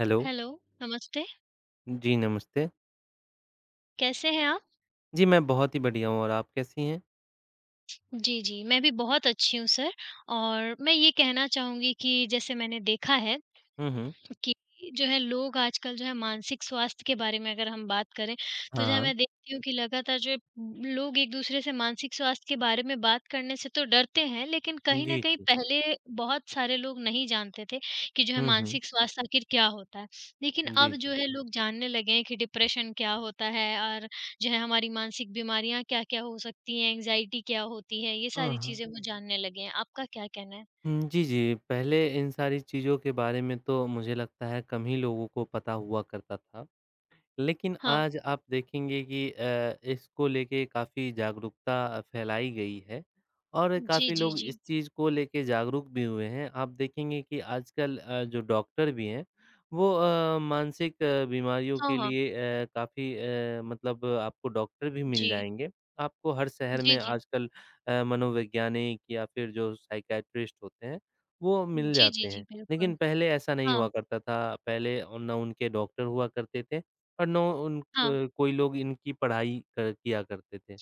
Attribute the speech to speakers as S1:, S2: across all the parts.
S1: Hello.
S2: Hello, नमस्ते,
S1: जी, नमस्ते।
S2: कैसे हैं आप?
S1: जी, मैं बहुत ही बढ़िया हूँ और आप कैसी हैं?
S2: जी, जी, मैं भी बहुत अच्छी हूँ सर और मैं ये कहना चाहूँगी कि जैसे मैंने देखा है
S1: हुँ, हुँ।
S2: कि जो है लोग आजकल जो है मानसिक स्वास्थ्य के बारे में अगर हम बात करें, तो जो है
S1: हाँ।
S2: मैं देखती हूँ कि लगातार जो है लोग एक-दूसरे से मानसिक स्वास्थ्य के बारे में बात करने से तो डरते हैं, लेकिन
S1: हाँ
S2: कहीं न
S1: जी,
S2: कहीं
S1: जी।
S2: पहले बहुत सारे लोग नहीं जानते थे कि जो है
S1: हुँ, हुँ।
S2: मानसिक स्वास्थ्य आखिर क्या होता है। लेकिन
S1: जी,
S2: अब जो
S1: जी।
S2: है लोग जानने लगे हैं कि डिप्रेशन क्या होता है और जो है हमारी मानसिक बीमारियाँ क्या-क्या हो सकती हैं, एंग्ज़ायटी क्या होती है, ये
S1: हाँ,
S2: सारी
S1: हाँ।
S2: चीज़ें वो जानने लगे हैं। आपका क्या कहना है?
S1: हुँ, जी, जी। पहले इन सारी चीज़ों के बारे में तो मुझे लगता है कम ही लोगों को पता हुआ करता था। लेकिन
S2: हाँ।
S1: आज आप देखेंगे कि इसको लेके काफ़ी जागरूकता फैलाई गई है और
S2: जी,
S1: काफ़ी
S2: जी,
S1: लोग
S2: जी।
S1: इस चीज़ को लेके जागरूक भी हुए हैं। आप देखेंगे कि आजकल जो डॉक्टर भी हैं, वो मानसिक बीमारियों
S2: हाँ,
S1: के
S2: हाँ।
S1: लिए काफ़ी मतलब आपको डॉक्टर भी मिल
S2: जी।
S1: जाएँगे। आपको हर शहर
S2: जी,
S1: में
S2: जी।
S1: आजकल मनोवैज्ञानिक या फिर जो साइकियाट्रिस्ट होते हैं, वो मिल
S2: जी,
S1: जाते
S2: जी, जी,
S1: हैं। लेकिन
S2: बिल्कुल।
S1: पहले ऐसा नहीं
S2: हाँ,
S1: हुआ करता था, पहले ना उनके डॉक्टर हुआ करते थे। और नो उन
S2: हाँ।
S1: क कोई लोग इनकी पढ़ाई क किया करते थे।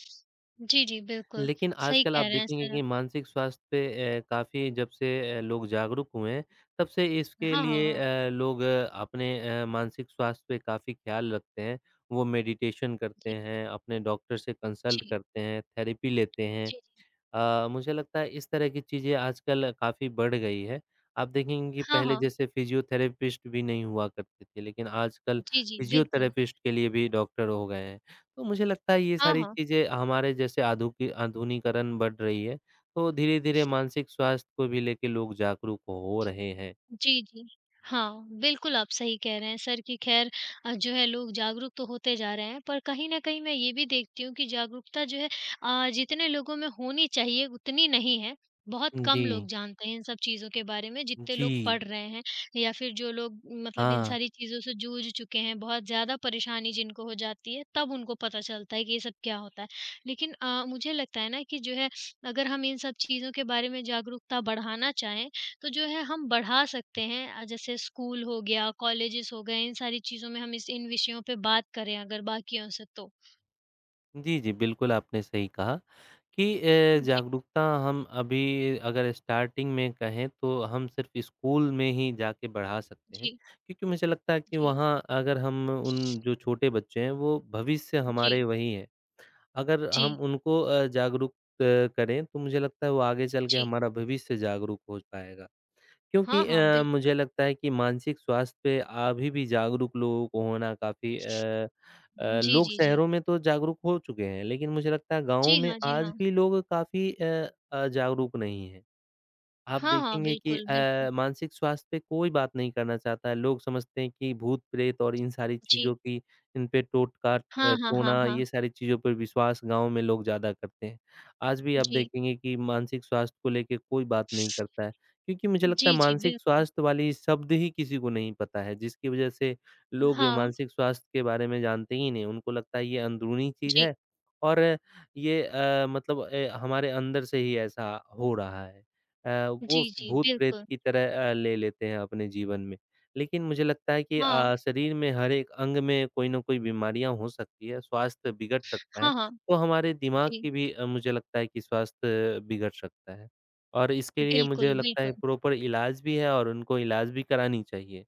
S2: जी, जी, बिल्कुल,
S1: लेकिन
S2: सही
S1: आजकल आप
S2: कह रहे हैं
S1: देखेंगे
S2: सर
S1: कि
S2: आप।
S1: मानसिक स्वास्थ्य पे काफ़ी जब से लोग जागरूक हुए हैं, तब से इसके
S2: हाँ, हाँ,
S1: लिए
S2: हाँ।
S1: लोग अपने मानसिक स्वास्थ्य पे काफ़ी ख़्याल रखते हैं। वो मेडिटेशन करते
S2: जी,
S1: हैं, अपने डॉक्टर से कंसल्ट
S2: जी,
S1: करते हैं, थेरेपी लेते हैं।
S2: जी, जी।
S1: मुझे लगता है इस तरह की चीज़ें आजकल काफ़ी बढ़ गई है। आप देखेंगे कि
S2: हाँ,
S1: पहले
S2: हाँ।
S1: जैसे फ़िज़ियोथेरेपिस्ट भी नहीं हुआ करते थे, लेकिन आजकल
S2: जी, जी, बिल्कुल।
S1: फ़िज़ियोथेरेपिस्ट के लिए भी डॉक्टर हो गए हैं। तो मुझे लगता है ये
S2: हाँ,
S1: सारी
S2: हाँ।
S1: चीज़ें हमारे जैसे आधुकी आधुनिकीकरण बढ़ रही है, तो धीरे-धीरे मानसिक स्वास्थ्य को भी लेके लोग जागरूक हो रहे हैं।
S2: जी, जी। हाँ, बिल्कुल आप सही कह रहे हैं सर कि ख़ैर जो है लोग जागरूक तो होते जा रहे हैं, पर कहीं न कहीं मैं ये भी देखती हूँ कि जागरूकता जो है जितने लोगों में होनी चाहिए उतनी नहीं है। बहुत
S1: जी,
S2: कम लोग जानते हैं इन सब चीज़ों के बारे में जितने लोग
S1: जी।
S2: पढ़ रहे हैं या फिर जो लोग मतलब इन
S1: हाँ।
S2: सारी चीज़ों से जूझ चुके हैं, बहुत ज़्यादा परेशानी जिनको हो जाती है, तब उनको पता चलता है कि ये सब क्या होता है। लेकिन मुझे लगता है ना कि जो है अगर हम इन सब चीज़ों के बारे में जागरूकता बढ़ाना चाहें तो जो है हम बढ़ा सकते हैं जैसे स्कूल हो गया, कॉलेजेस हो गए, इन सारी चीज़ों में हम इस इन विषयों पे बात करें अगर बाकियों से तो।
S1: जी, जी, बिल्कुल आपने सही कहा। कि
S2: जी,
S1: जागरूकता हम अभी अगर स्टार्टिंग में कहें तो हम सिर्फ़ स्कूल में ही जाके बढ़ा सकते हैं।
S2: जी,
S1: क्योंकि मुझे लगता है कि
S2: जी,
S1: वहाँ अगर हम उन जो छोटे बच्चे हैं वो भविष्य हमारे
S2: जी,
S1: वही हैं। अगर हम
S2: जी,
S1: उनको जागरूक अ, करें तो मुझे लगता है वो आगे चल के
S2: जी।
S1: हमारा भविष्य जागरूक हो पाएगा।
S2: हाँ,
S1: क्योंकि
S2: हाँ, बिल्कुल।
S1: मुझे लगता है कि मानसिक स्वास्थ्य पे अभी भी जागरूक लोगों को होना काफ़ी।
S2: जी,
S1: लोग
S2: जी, जी।
S1: शहरों में तो जागरूक हो चुके हैं, लेकिन मुझे लगता है गाँव
S2: जी
S1: में
S2: हाँ, जी
S1: आज
S2: हाँ।
S1: भी लोग काफ़ी जागरूक नहीं हैं। आप
S2: हाँ, हाँ,
S1: देखेंगे कि
S2: बिल्कुल, बिल्कुल।
S1: मानसिक स्वास्थ्य पे कोई बात नहीं करना चाहता है। लोग समझते हैं कि भूत-प्रेत और इन सारी चीज़ों
S2: जी।
S1: की इन पे टोटका
S2: हाँ, हाँ, हाँ,
S1: टोना
S2: हाँ।
S1: ये सारी चीज़ों पर विश्वास गाँव में लोग ज़्यादा करते हैं। आज भी आप
S2: जी।
S1: देखेंगे कि मानसिक स्वास्थ्य को लेके कोई बात नहीं करता है, क्योंकि मुझे लगता है
S2: जी, जी,
S1: मानसिक
S2: बिल्कुल।
S1: स्वास्थ्य वाली शब्द ही किसी को नहीं पता है, जिसकी वज़ह से लोग
S2: हाँ।
S1: मानसिक स्वास्थ्य के बारे में जानते ही नहीं। उनको लगता है ये अंदरूनी चीज़
S2: जी।
S1: है और ये मतलब हमारे अंदर से ही ऐसा हो रहा है। अ, वो
S2: जी,
S1: उसको
S2: जी,
S1: भूत-प्रेत
S2: बिल्कुल।
S1: की तरह ले लेते हैं अपने जीवन में। लेकिन मुझे लगता है कि
S2: हाँ।
S1: शरीर में हर एक अंग में कोई न कोई बीमारियाँ हो सकती है, स्वास्थ्य बिगड़ सकता है,
S2: हाँ, हाँ।
S1: तो हमारे दिमाग
S2: जी।
S1: की भी मुझे लगता है कि स्वास्थ्य बिगड़ सकता है। और इसके लिए मुझे
S2: बिल्कुल,
S1: लगता है
S2: बिल्कुल।
S1: प्रॉपर इलाज भी है और उनको इलाज भी करानी चाहिए।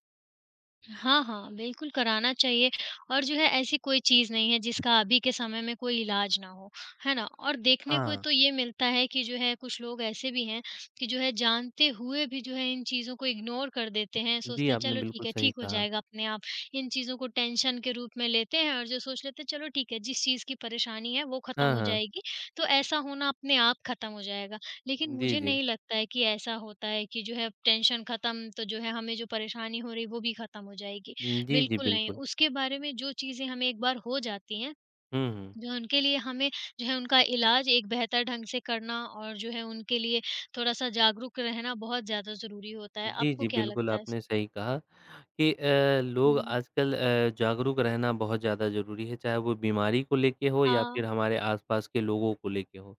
S2: हाँ, हाँ, बिल्कुल कराना चाहिए और जो है ऐसी कोई चीज़ नहीं है जिसका अभी के समय में कोई इलाज ना हो, है ना? और देखने को
S1: हाँ।
S2: तो ये मिलता है कि जो है कुछ लोग ऐसे भी हैं कि जो है जानते हुए भी जो है इन चीज़ों को इग्नोर कर देते हैं,
S1: जी,
S2: सोचते हैं
S1: आपने
S2: चलो ठीक
S1: बिल्कुल
S2: है,
S1: सही
S2: ठीक हो
S1: कहा।
S2: जाएगा अपने आप। इन चीज़ों को टेंशन के रूप में लेते हैं और जो सोच लेते हैं चलो ठीक है, जिस चीज़ की परेशानी है वो खत्म
S1: हाँ,
S2: हो
S1: हाँ।
S2: जाएगी, तो ऐसा होना अपने आप खत्म हो जाएगा। लेकिन
S1: जी,
S2: मुझे
S1: जी।
S2: नहीं लगता है कि ऐसा होता है कि जो है टेंशन खत्म तो जो है हमें जो परेशानी हो रही है वो भी खत्म हो जाएगी।
S1: जी, जी,
S2: बिल्कुल नहीं,
S1: बिल्कुल।
S2: उसके बारे में जो चीज़ें हमें एक बार हो जाती हैं,
S1: हुँ, हुँ।
S2: जो है उनके लिए हमें जो है उनका इलाज एक बेहतर ढंग से करना और जो है उनके लिए थोड़ा-सा जागरूक रहना बहुत ज़्यादा ज़रूरी होता है।
S1: जी,
S2: आपको
S1: जी,
S2: क्या
S1: बिल्कुल
S2: लगता है?
S1: आपने सही कहा। कि लोग
S2: हुँ,
S1: आजकल जागरूक रहना बहुत ज़्यादा ज़रूरी है, चाहे वो बीमारी को लेके हो या
S2: हाँ,
S1: फिर हमारे आसपास के लोगों को लेके हो।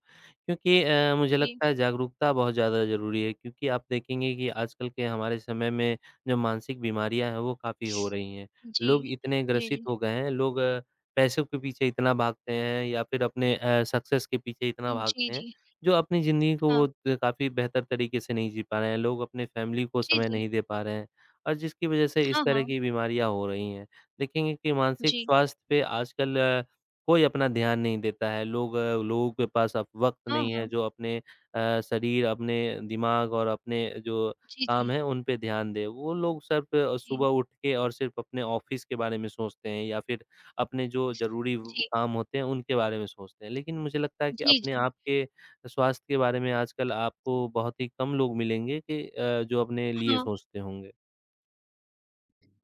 S1: क्योंकि मुझे
S2: जी।
S1: लगता है जागरूकता बहुत ज़्यादा ज़रूरी है क्योंकि आप देखेंगे कि आजकल के हमारे समय में जो मानसिक बीमारियाँ हैं, वो काफ़ी हो रही हैं।
S2: जी।
S1: लोग इतने
S2: जी,
S1: ग्रसित
S2: जी।
S1: हो गए हैं, लोग पैसों के पीछे इतना भागते हैं या फिर अपने सक्सेस के पीछे इतना
S2: जी,
S1: भागते हैं,
S2: जी।
S1: जो अपनी ज़िंदगी को वो
S2: हाँ।
S1: काफ़ी बेहतर तरीके से नहीं जी पा रहे हैं। लोग अपने फैमिली को
S2: जी,
S1: समय
S2: जी।
S1: नहीं दे पा रहे हैं। और जिसकी वजह से इस
S2: हाँ,
S1: तरह
S2: हाँ।
S1: की बीमारियाँ हो रही हैं। देखेंगे कि मानसिक
S2: जी।
S1: स्वास्थ्य पे आजकल कोई अपना ध्यान नहीं देता है। लोगों के पास अब वक़्त
S2: हाँ,
S1: नहीं है
S2: हाँ।
S1: जो अपने शरीर, अपने दिमाग और अपने जो
S2: जी,
S1: काम
S2: जी।
S1: हैं उन पे ध्यान दें। वो लोग सिर्फ़
S2: जी।
S1: सुबह उठ के और सिर्फ़ अपने ऑफ़िस के बारे में सोचते हैं या फिर अपने जो ज़रूरी व
S2: जी।
S1: काम होते हैं उनके बारे में सोचते हैं। लेकिन मुझे लगता है कि
S2: जी,
S1: अपने
S2: जी।
S1: आप के स्वास्थ्य के बारे में आजकल आपको बहुत ही कम लोग मिलेंगे कि जो अपने लिए
S2: हाँ।
S1: सोचते होंगे।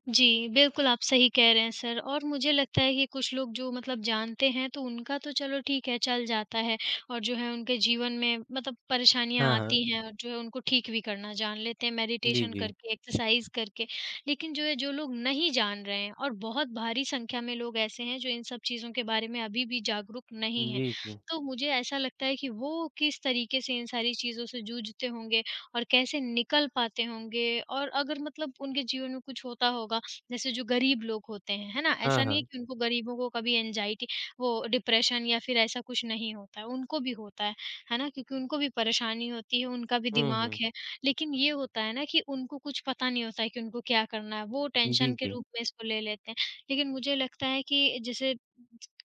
S2: जी, बिल्कुल आप सही कह रहे हैं सर और मुझे लगता है कि कुछ लोग जो मतलब जानते हैं तो उनका तो चलो ठीक है चल जाता है और जो है उनके जीवन में मतलब परेशानियाँ
S1: हाँ, हाँ।
S2: आती हैं और जो है उनको ठीक भी करना जान लेते हैं
S1: जी,
S2: मेडिटेशन
S1: जी।
S2: करके, एक्सरसाइज़ करके। लेकिन जो है जो लोग नहीं जान रहे हैं और बहुत भारी संख्या में लोग ऐसे हैं जो इन सब चीज़ों के बारे में अभी भी जागरूक नहीं हैं।
S1: जी, जी।
S2: तो मुझे ऐसा लगता है कि वो किस तरीके से इन सारी चीज़ों से जूझते होंगे और कैसे निकल पाते होंगे और अगर मतलब उनके जीवन में कुछ होता होगा जैसे जो गरीब लोग होते हैं, है ना?
S1: हाँ,
S2: ऐसा नहीं है
S1: हाँ।
S2: कि उनको गरीबों को कभी एंग्जायटी वो डिप्रेशन या फिर ऐसा कुछ नहीं होता है, उनको भी होता है ना? क्योंकि उनको भी परेशानी होती है, उनका भी
S1: हुँ,
S2: दिमाग
S1: हुँ।
S2: है। लेकिन ये होता है ना कि उनको कुछ पता नहीं होता है कि उनको क्या करना है, वो
S1: जी,
S2: टेंशन के
S1: जी।
S2: रूप में इसको ले लेते हैं। लेकिन मुझे लगता है कि जैसे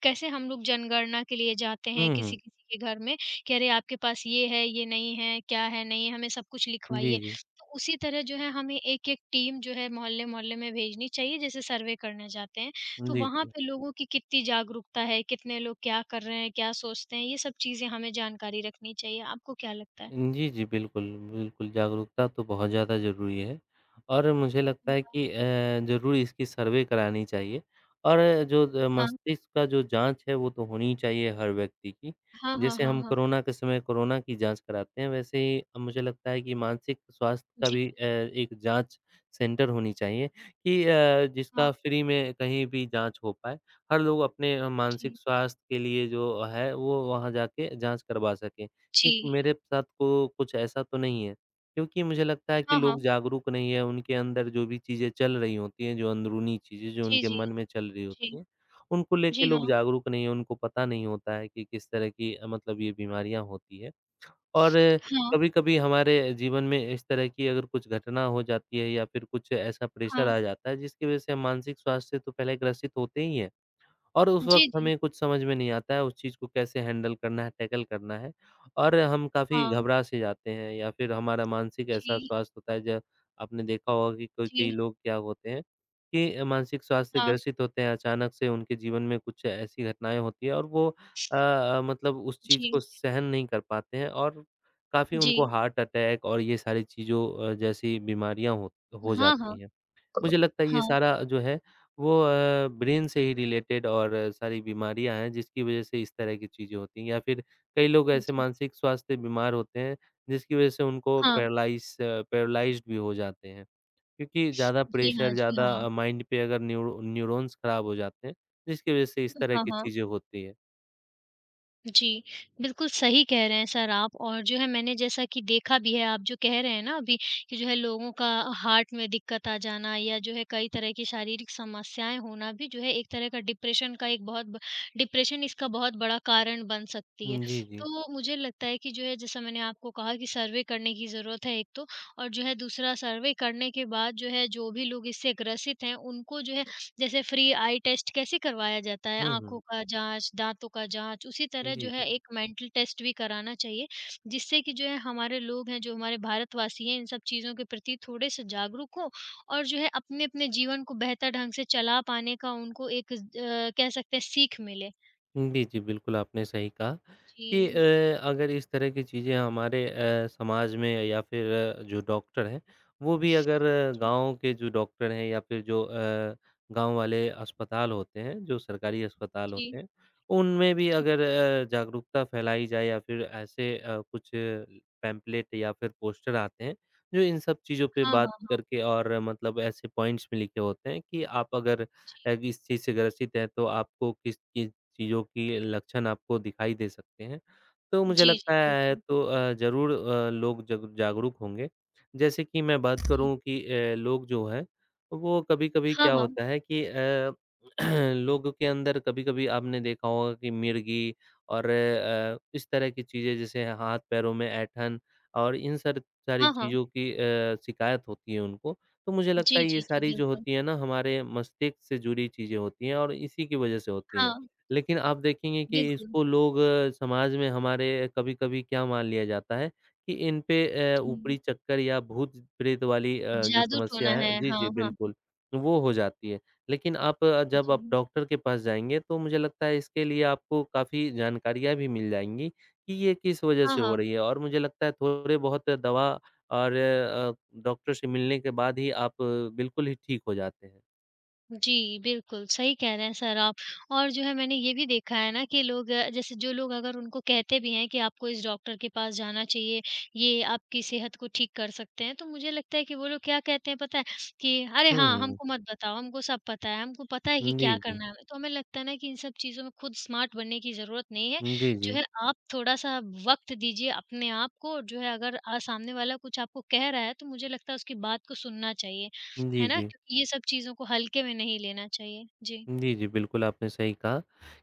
S2: कैसे हम लोग जनगणना के लिए जाते हैं
S1: हुँ, हुँ।
S2: किसी-किसी के घर में कि अरे आपके पास ये है, ये नहीं है, क्या है, नहीं है, हमें सब कुछ
S1: जी,
S2: लिखवाइए।
S1: जी।
S2: तो उसी तरह जो है हमें एक-एक टीम जो है मोहल्ले-मोहल्ले में भेजनी चाहिए जैसे सर्वे करने जाते हैं। तो
S1: जी,
S2: वहाँ
S1: जी।
S2: पे लोगों की कितनी जागरूकता है, कितने लोग क्या कर रहे हैं, क्या सोचते हैं, ये सब चीज़ें हमें जानकारी रखनी चाहिए। आपको क्या लगता है?
S1: जी, जी, बिल्कुल, बिल्कुल, जागरूकता तो बहुत ज़्यादा ज़रूरी है और मुझे लगता है
S2: हाँ,
S1: कि ज़रूर इसकी सर्वे करानी चाहिए और जो द
S2: हाँ।
S1: मस्तिष्क का जो जाँच है, वो तो होनी ही चाहिए हर व्यक्ति की।
S2: हाँ, हाँ,
S1: जैसे
S2: हाँ,
S1: हम
S2: हाँ।
S1: कोरोना के समय कोरोना की जाँच कराते हैं, वैसे ही अब मुझे लगता है कि मानसिक स्वास्थ्य का
S2: जी,
S1: भी एक जाँच सेंटर होनी चाहिए कि
S2: हाँ,
S1: जिसका फ्री में कहीं भी जाँच हो पाए। हर लोग अपने मानसिक
S2: जी,
S1: स्वास्थ्य के लिए जो है, वो वहाँ जाके जाँच करवा सकें। कि
S2: जी।
S1: मेरे साथ को कुछ ऐसा तो नहीं है, क्योंकि मुझे लगता है कि
S2: हाँ,
S1: लोग
S2: हाँ।
S1: जागरूक नहीं है, उनके अंदर जो भी चीज़ें चल रही होती हैं, जो अंदरूनी चीज़ें जो
S2: जी,
S1: उनके
S2: जी,
S1: मन में चल रही होती
S2: जी।
S1: हैं, उनको लेके
S2: जी,
S1: लोग
S2: हाँ।
S1: जागरूक नहीं है, उनको पता नहीं होता है कि किस तरह की मतलब ये बीमारियाँ होती है। और
S2: हाँ,
S1: कभी-कभी हमारे जीवन में इस तरह की अगर कुछ घटना हो जाती है या फिर कुछ ऐसा प्रेशर
S2: हाँ।
S1: आ जाता है, जिसकी वज़ह से हम मानसिक स्वास्थ्य से तो पहले ग्रसित होते ही हैं। और उस वक़्त
S2: जी, जी।
S1: हमें कुछ समझ में नहीं आता है, उस चीज़ को कैसे हैंडल करना है, टैकल करना है और हम काफ़ी
S2: हाँ।
S1: घबरा से जाते हैं या फिर हमारा मानसिक ऐसा
S2: जी,
S1: स्वास्थ्य होता है। ज आपने देखा होगा कि कोई कई
S2: जी।
S1: लोग क्या होते हैं कि मानसिक स्वास्थ्य से
S2: हाँ।
S1: ग्रसित होते हैं, अचानक से उनके जीवन में कुछ ऐसी घटनाएँ होती हैं और वो मतलब उस चीज़ को
S2: जी,
S1: सहन नहीं कर पाते हैं और काफ़ी उनको
S2: जी।
S1: हार्ट अटैक और ये सारी चीज़ों जैसी बीमारियाँ हो
S2: हाँ, हाँ।
S1: जाती हैं। मुझे लगता है ये
S2: हाँ।
S1: सारा जो है वो ब्रेन से ही रिलेटेड और सारी बीमारियाँ हैं जिसकी वजह से इस तरह की चीज़ें होती हैं या फिर कई लोग ऐसे
S2: जी।
S1: मानसिक स्वास्थ्य बीमार होते हैं जिसकी वजह से उनको
S2: हाँ।
S1: पैरालाइज़्ड भी हो जाते हैं। क्योंकि ज़्यादा
S2: जी, हाँ,
S1: प्रेशर,
S2: जी,
S1: ज़्यादा
S2: हाँ।
S1: माइंड पे अगर न्यूरो न्यूरॉन्स ख़राब हो जाते हैं जिसकी वजह से इस तरह
S2: हाँ,
S1: की
S2: हाँ।
S1: चीज़ें होती है।
S2: जी, बिल्कुल सही कह रहे हैं सर आप और जो है मैंने जैसा कि देखा भी है, आप जो कह रहे हैं ना अभी कि जो है लोगों का हार्ट में दिक्कत आ जाना या जो है कई तरह की शारीरिक समस्याएँ होना भी जो है एक तरह का डिप्रेशन का एक बहुत ब डिप्रेशन इसका बहुत बड़ा कारण बन सकती है।
S1: जी, जी।
S2: तो मुझे लगता है कि जो है जैसा मैंने आपको कहा कि सर्वे करने की ज़रूरत है एक तो और जो है दूसरा सर्वे करने के बाद जो है जो भी लोग इससे ग्रसित हैं, उनको जो है जैसे फ्री आई टेस्ट कैसे करवाया जाता है,
S1: हुँ,
S2: आँखों
S1: हुँ।
S2: का जाँच, दाँतों का जाँच, उसी तरह
S1: जी,
S2: जो है
S1: जी।
S2: एक मेंटल टेस्ट भी कराना चाहिए, जिससे कि जो है हमारे लोग हैं, जो हमारे भारतवासी हैं, इन सब चीज़ों के प्रति थोड़े-से जागरूक हों और जो है अपने-अपने जीवन को बेहतर ढंग से चला पाने का उनको एक कह सकते हैं सीख मिले।
S1: जी, जी, बिल्कुल आपने सही कहा कि
S2: जी।
S1: अगर इस तरह की चीज़ें हमारे समाज में या फिर जो डॉक्टर हैं, वो भी अगर गाँव के जो डॉक्टर हैं या फिर जो गाँव वाले अस्पताल होते हैं, जो सरकारी अस्पताल होते
S2: जी,
S1: हैं, उनमें भी
S2: जी, जी।
S1: अगर जागरूकता फैलाई जाए या फिर ऐसे कुछ पैम्पलेट या फिर पोस्टर आते हैं, जो इन सब चीज़ों पे
S2: हाँ,
S1: बात
S2: हाँ, हाँ।
S1: करके और मतलब ऐसे पॉइंट्स में लिखे होते हैं कि आप अगर
S2: जी,
S1: इस चीज़ से ग्रसित हैं, तो आपको किस किस चीज़ों की लक्षण आपको दिखाई दे सकते हैं। तो मुझे
S2: जी,
S1: लगता
S2: जी,
S1: है
S2: बिल्कुल।
S1: तो ज़रूर लोग जग जागरूक होंगे। जैसे कि मैं बात
S2: जी।
S1: करूँ कि लोग जो हैं वो कभी-कभी
S2: हाँ,
S1: क्या
S2: हाँ।
S1: होता है कि लोगों के अंदर कभी-कभी आपने देखा होगा कि मिर्गी और इस तरह की चीज़ें जैसे हाथ पैरों में ऐंठन और इन सर सारी
S2: हाँ, हाँ।
S1: चीज़ों की शिकायत होती है उनको। तो मुझे लगता
S2: जी,
S1: है ये
S2: जी, जी,
S1: सारी जो
S2: बिल्कुल।
S1: होती है ना हमारे मस्तिष्क से जुड़ी चीज़ें होती हैं और इसी की वजह से होती हैं।
S2: हाँ,
S1: लेकिन आप देखेंगे कि
S2: बिल्कुल।
S1: इसको लोग समाज में हमारे कभी-कभी क्या मान लिया जाता है कि इन पे ऊपरी
S2: जी।
S1: चक्कर या भूत-प्रेत वाली जो
S2: जादू टोना
S1: समस्या है
S2: है,
S1: जी,
S2: हाँ,
S1: जी,
S2: हाँ।
S1: बिल्कुल, वो हो जाती है। लेकिन जब आप
S2: जी।
S1: डॉक्टर के पास जाएँगे तो मुझे लगता है इसके लिए आपको काफ़ी जानकारियाँ भी मिल जाएँगी कि ये किस वजह
S2: हाँ,
S1: से हो
S2: हाँ।
S1: रही है और मुझे लगता है थोड़े बहुत दवा और डॉक्टर से मिलने के बाद ही आप बिल्कुल ही ठीक हो जाते हैं।
S2: जी, बिल्कुल, सही कह रहे हैं सर आप और जो है मैंने ये भी देखा है ना कि लोग जैसे जो लोग अगर उनको कहते भी हैं कि आपको इस डॉक्टर के पास जाना चाहिए, ये आपकी सेहत को ठीक कर सकते हैं, तो मुझे लगता है कि वो लोग क्या कहते हैं पता है? कि अरे
S1: हुँ,
S2: हाँ,
S1: हुँ।
S2: हमको मत बताओ, हमको सब पता है, हमको पता है कि
S1: जी,
S2: क्या
S1: जी।
S2: करना है हमें। तो हमें लगता है ना कि इन सब चीज़ों में खुद स्मार्ट बनने की ज़रूरत नहीं है,
S1: जी,
S2: जो
S1: जी।
S2: है आप थोड़ा-सा वक़्त दीजिए अपने आप को और जो है अगर सामने वाला कुछ आपको कह रहा है, तो मुझे लगता है उसकी बात को सुनना चाहिए।
S1: जी,
S2: है ना?
S1: जी।
S2: क्योंकि ये सब चीज़ों को हल्के में नहीं लेना चाहिए। जी।
S1: जी, जी, बिल्कुल आपने सही कहा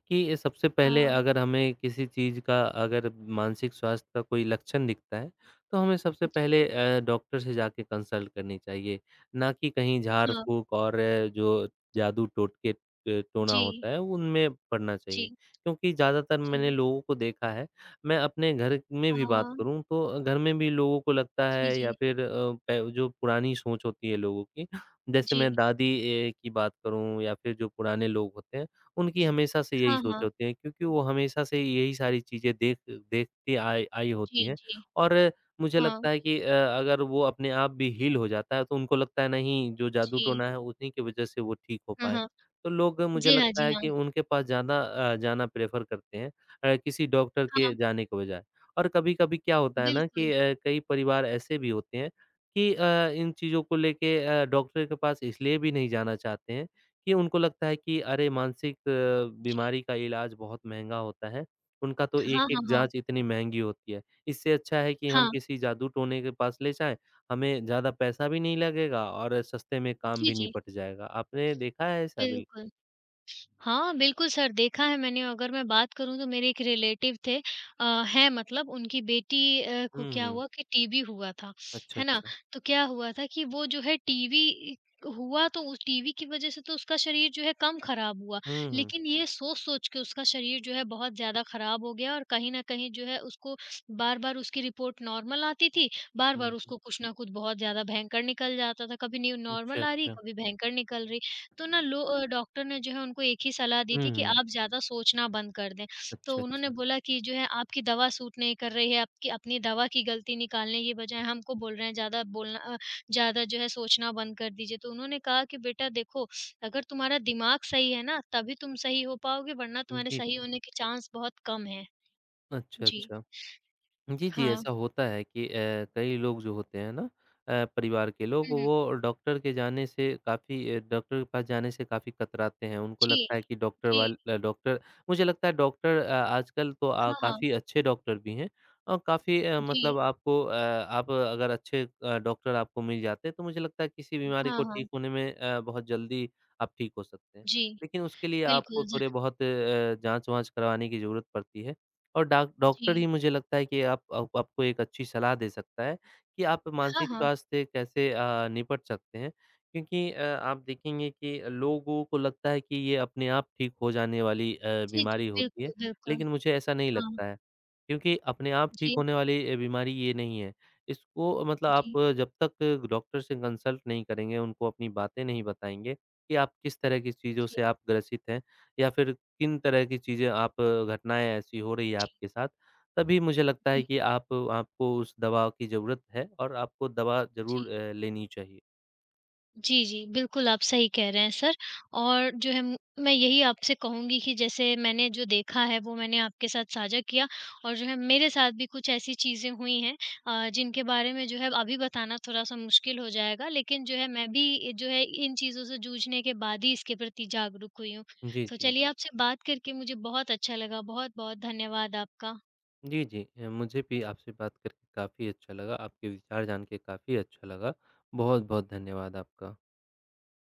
S1: कि ये सबसे पहले
S2: हाँ।
S1: अगर हमें किसी चीज़ का अगर मानसिक स्वास्थ्य का कोई लक्षण दिखता है, तो हमें सबसे
S2: जी।
S1: पहले डॉक्टर से जाके कंसल्ट करनी चाहिए। ना कि कहीं
S2: हाँ।
S1: झाड़-फूँक और जो जादू टोटके ट टोना
S2: जी।
S1: होता है, उनमें पड़ना चाहिए।
S2: जी,
S1: क्योंकि ज़्यादातर
S2: जी।
S1: मैंने लोगों को देखा है, मैं अपने घर में भी बात
S2: हाँ।
S1: करूँ, तो घर में भी लोगों को लगता
S2: जी,
S1: है या
S2: जी।
S1: फिर अ, प जो पुरानी सोच होती है लोगों की, जैसे मैं
S2: जी।
S1: दादी की बात करूँ या फिर जो पुराने लोग होते हैं, उनकी हमेशा से यही
S2: हाँ,
S1: सोच
S2: हाँ।
S1: होती है क्योंकि वो हमेशा से यही सारी चीज़ें देखती आए आई होती
S2: जी,
S1: हैं
S2: जी।
S1: और मुझे
S2: हाँ।
S1: लगता है कि अगर वो अपने आप भी हील हो जाता है, तो उनको लगता है नहीं जो
S2: जी।
S1: जादू-टोना है उन्हीं की वज़ह से वो ठीक हो
S2: हाँ,
S1: पाए।
S2: हाँ।
S1: तो लोग मुझे
S2: जी हाँ,
S1: लगता
S2: जी
S1: है
S2: हाँ।
S1: कि उनके पास ज़्यादा जाना प्रेफ़र करते हैं किसी डॉक्टर के
S2: हाँ,
S1: जाने के बजाय और कभी-कभी क्या होता है ना कि
S2: बिल्कुल।
S1: कई परिवार ऐसे भी होते हैं कि इन चीज़ों को लेके डॉक्टर के पास इसलिए भी नहीं जाना चाहते हैं कि उनको लगता है कि अरे मानसिक
S2: जी।
S1: बीमारी का इलाज बहुत महँगा होता है। उनका तो
S2: हाँ, हाँ,
S1: एक-एक
S2: हाँ।
S1: जाँच इतनी महँगी होती है। इससे अच्छा है कि हम
S2: हाँ।
S1: किसी जादू टोने के पास ले जाएँ, हमें ज़्यादा पैसा भी नहीं लगेगा और सस्ते में काम
S2: जी,
S1: भी
S2: जी।
S1: निपट जाएगा। आपने देखा है ऐसा? बिल
S2: बिल्कुल। हाँ, बिल्कुल सर, देखा है मैंने अगर मैं बात करूँ तो मेरे एक रिलेटिव हैं मतलब उनकी बेटी को
S1: हुँ,
S2: क्या
S1: हुँ।
S2: हुआ कि टीबी हुआ था,
S1: अच्छा,
S2: है ना?
S1: अच्छा।
S2: तो क्या हुआ था कि वो जो है टीबी हुआ तो उस टीबी की वज़ह से तो उसका शरीर जो है कम ख़राब हुआ,
S1: हुँ, हुँ।
S2: लेकिन ये सोच-सोच के उसका शरीर जो है बहुत ज़्यादा ख़राब हो गया और कहीं न कहीं जो है उसको बार-बार उसकी रिपोर्ट नॉर्मल आती थी, बार-बार
S1: हुँ, हुँ।
S2: उसको कुछ न कुछ बहुत ज़्यादा भयंकर निकल जाता था, कभी न्यू
S1: अच्छा,
S2: नॉर्मल आ रही,
S1: अच्छा।
S2: कभी भयंकर निकल रही। तो डॉक्टर ने जो है उनको एक ही सलाह दी
S1: हुँ,
S2: थी कि
S1: हुँ।
S2: आप ज़्यादा सोचना बंद कर दें। तो
S1: अच्छा,
S2: उन्होंने
S1: अच्छा।
S2: बोला कि जो है आपकी दवा सूट नहीं कर रही है, आपकी अपनी दवा की गलती निकालने की बजाय हमको बोल रहे हैं ज़्यादा ज़्यादा जो है सोचना बंद कर दीजिए। तो उन्होंने कहा कि बेटा देखो, अगर तुम्हारा दिमाग सही है ना तभी तुम सही हो पाओगे वरना तुम्हारे
S1: जी,
S2: सही
S1: जी।
S2: होने के चांस बहुत कम हैं।
S1: अच्छा,
S2: जी।
S1: अच्छा। जी, जी,
S2: हाँ।
S1: ऐसा होता है कि कई लोग जो होते हैं ना परिवार के लोग
S2: हुँ, हुँ।
S1: वो डॉक्टर के जाने से काफ़ी डॉक्टर के पास जाने से काफ़ी कतराते हैं। उनको
S2: जी,
S1: लगता है कि डॉक्टर
S2: जी।
S1: वाल अ, डॉक्टर मुझे लगता है डॉक्टर आजकल तो
S2: हाँ, हाँ।
S1: काफ़ी अच्छे डॉक्टर भी हैं और काफ़ी मतलब
S2: जी।
S1: आप अगर अच्छे डॉक्टर आपको मिल जाते हैं तो मुझे लगता है किसी बीमारी
S2: हाँ,
S1: को ठीक
S2: हाँ।
S1: होने में बहुत जल्दी आप ठीक हो सकते हैं।
S2: जी,
S1: लेकिन उसके लिए आपको
S2: बिल्कुल ज
S1: थोड़े बहुत जाँच-वाँच करवाने की ज़रूरत पड़ती है। और डाक डॉक्टर ही
S2: जी।
S1: मुझे लगता है कि आप आपको एक अच्छी सलाह दे सकता है कि आप
S2: हाँ,
S1: मानसिक
S2: हाँ।
S1: स्वास्थ्य से कैसे निपट सकते हैं। क्योंकि आप देखेंगे कि लोगों को लगता है कि ये अपने आप ठीक हो जाने वाली
S2: जी, जी।
S1: बीमारी होती है,
S2: बिल्कुल, बिल्कुल।
S1: लेकिन मुझे ऐसा नहीं
S2: हाँ,
S1: लगता है। क्योंकि अपने आप ठीक
S2: जी,
S1: होने वाली बीमारी ये नहीं है। इसको मतलब आप
S2: जी,
S1: जब तक डॉक्टर से कंसल्ट नहीं करेंगे, उनको अपनी बातें नहीं बताएँगे कि आप किस तरह की चीज़ों
S2: जी,
S1: से आप ग्रसित हैं या फिर किन तरह की चीज़ें आप घटनाएँ ऐसी हो रही है
S2: जी,
S1: आपके साथ, तभी मुझे लगता है
S2: जी,
S1: कि आप आपको उस दवा की ज़रूरत है और आपको दवा
S2: जी।
S1: ज़रूर लेनी चाहिए।
S2: जी, जी, बिल्कुल आप सही कह रहे हैं सर और जो है मैं यही आपसे कहूँगी कि जैसे मैंने जो देखा है वो मैंने आपके साथ साझा किया और जो है मेरे साथ भी कुछ ऐसी चीज़ें हुई हैं जिनके बारे में जो है अभी बताना थोड़ा-सा मुश्किल हो जाएगा लेकिन जो है मैं भी जो है इन चीज़ों से जूझने के बाद ही इसके प्रति जागरूक हुई हूँ।
S1: जी,
S2: तो
S1: जी।
S2: चलिए आपसे बात करके मुझे बहुत अच्छा लगा, बहुत-बहुत धन्यवाद आपका।
S1: जी, जी। मुझे भी आपसे बात करके काफ़ी अच्छा लगा, आपके विचार जान के काफ़ी अच्छा लगा। बहुत-बहुत धन्यवाद आपका।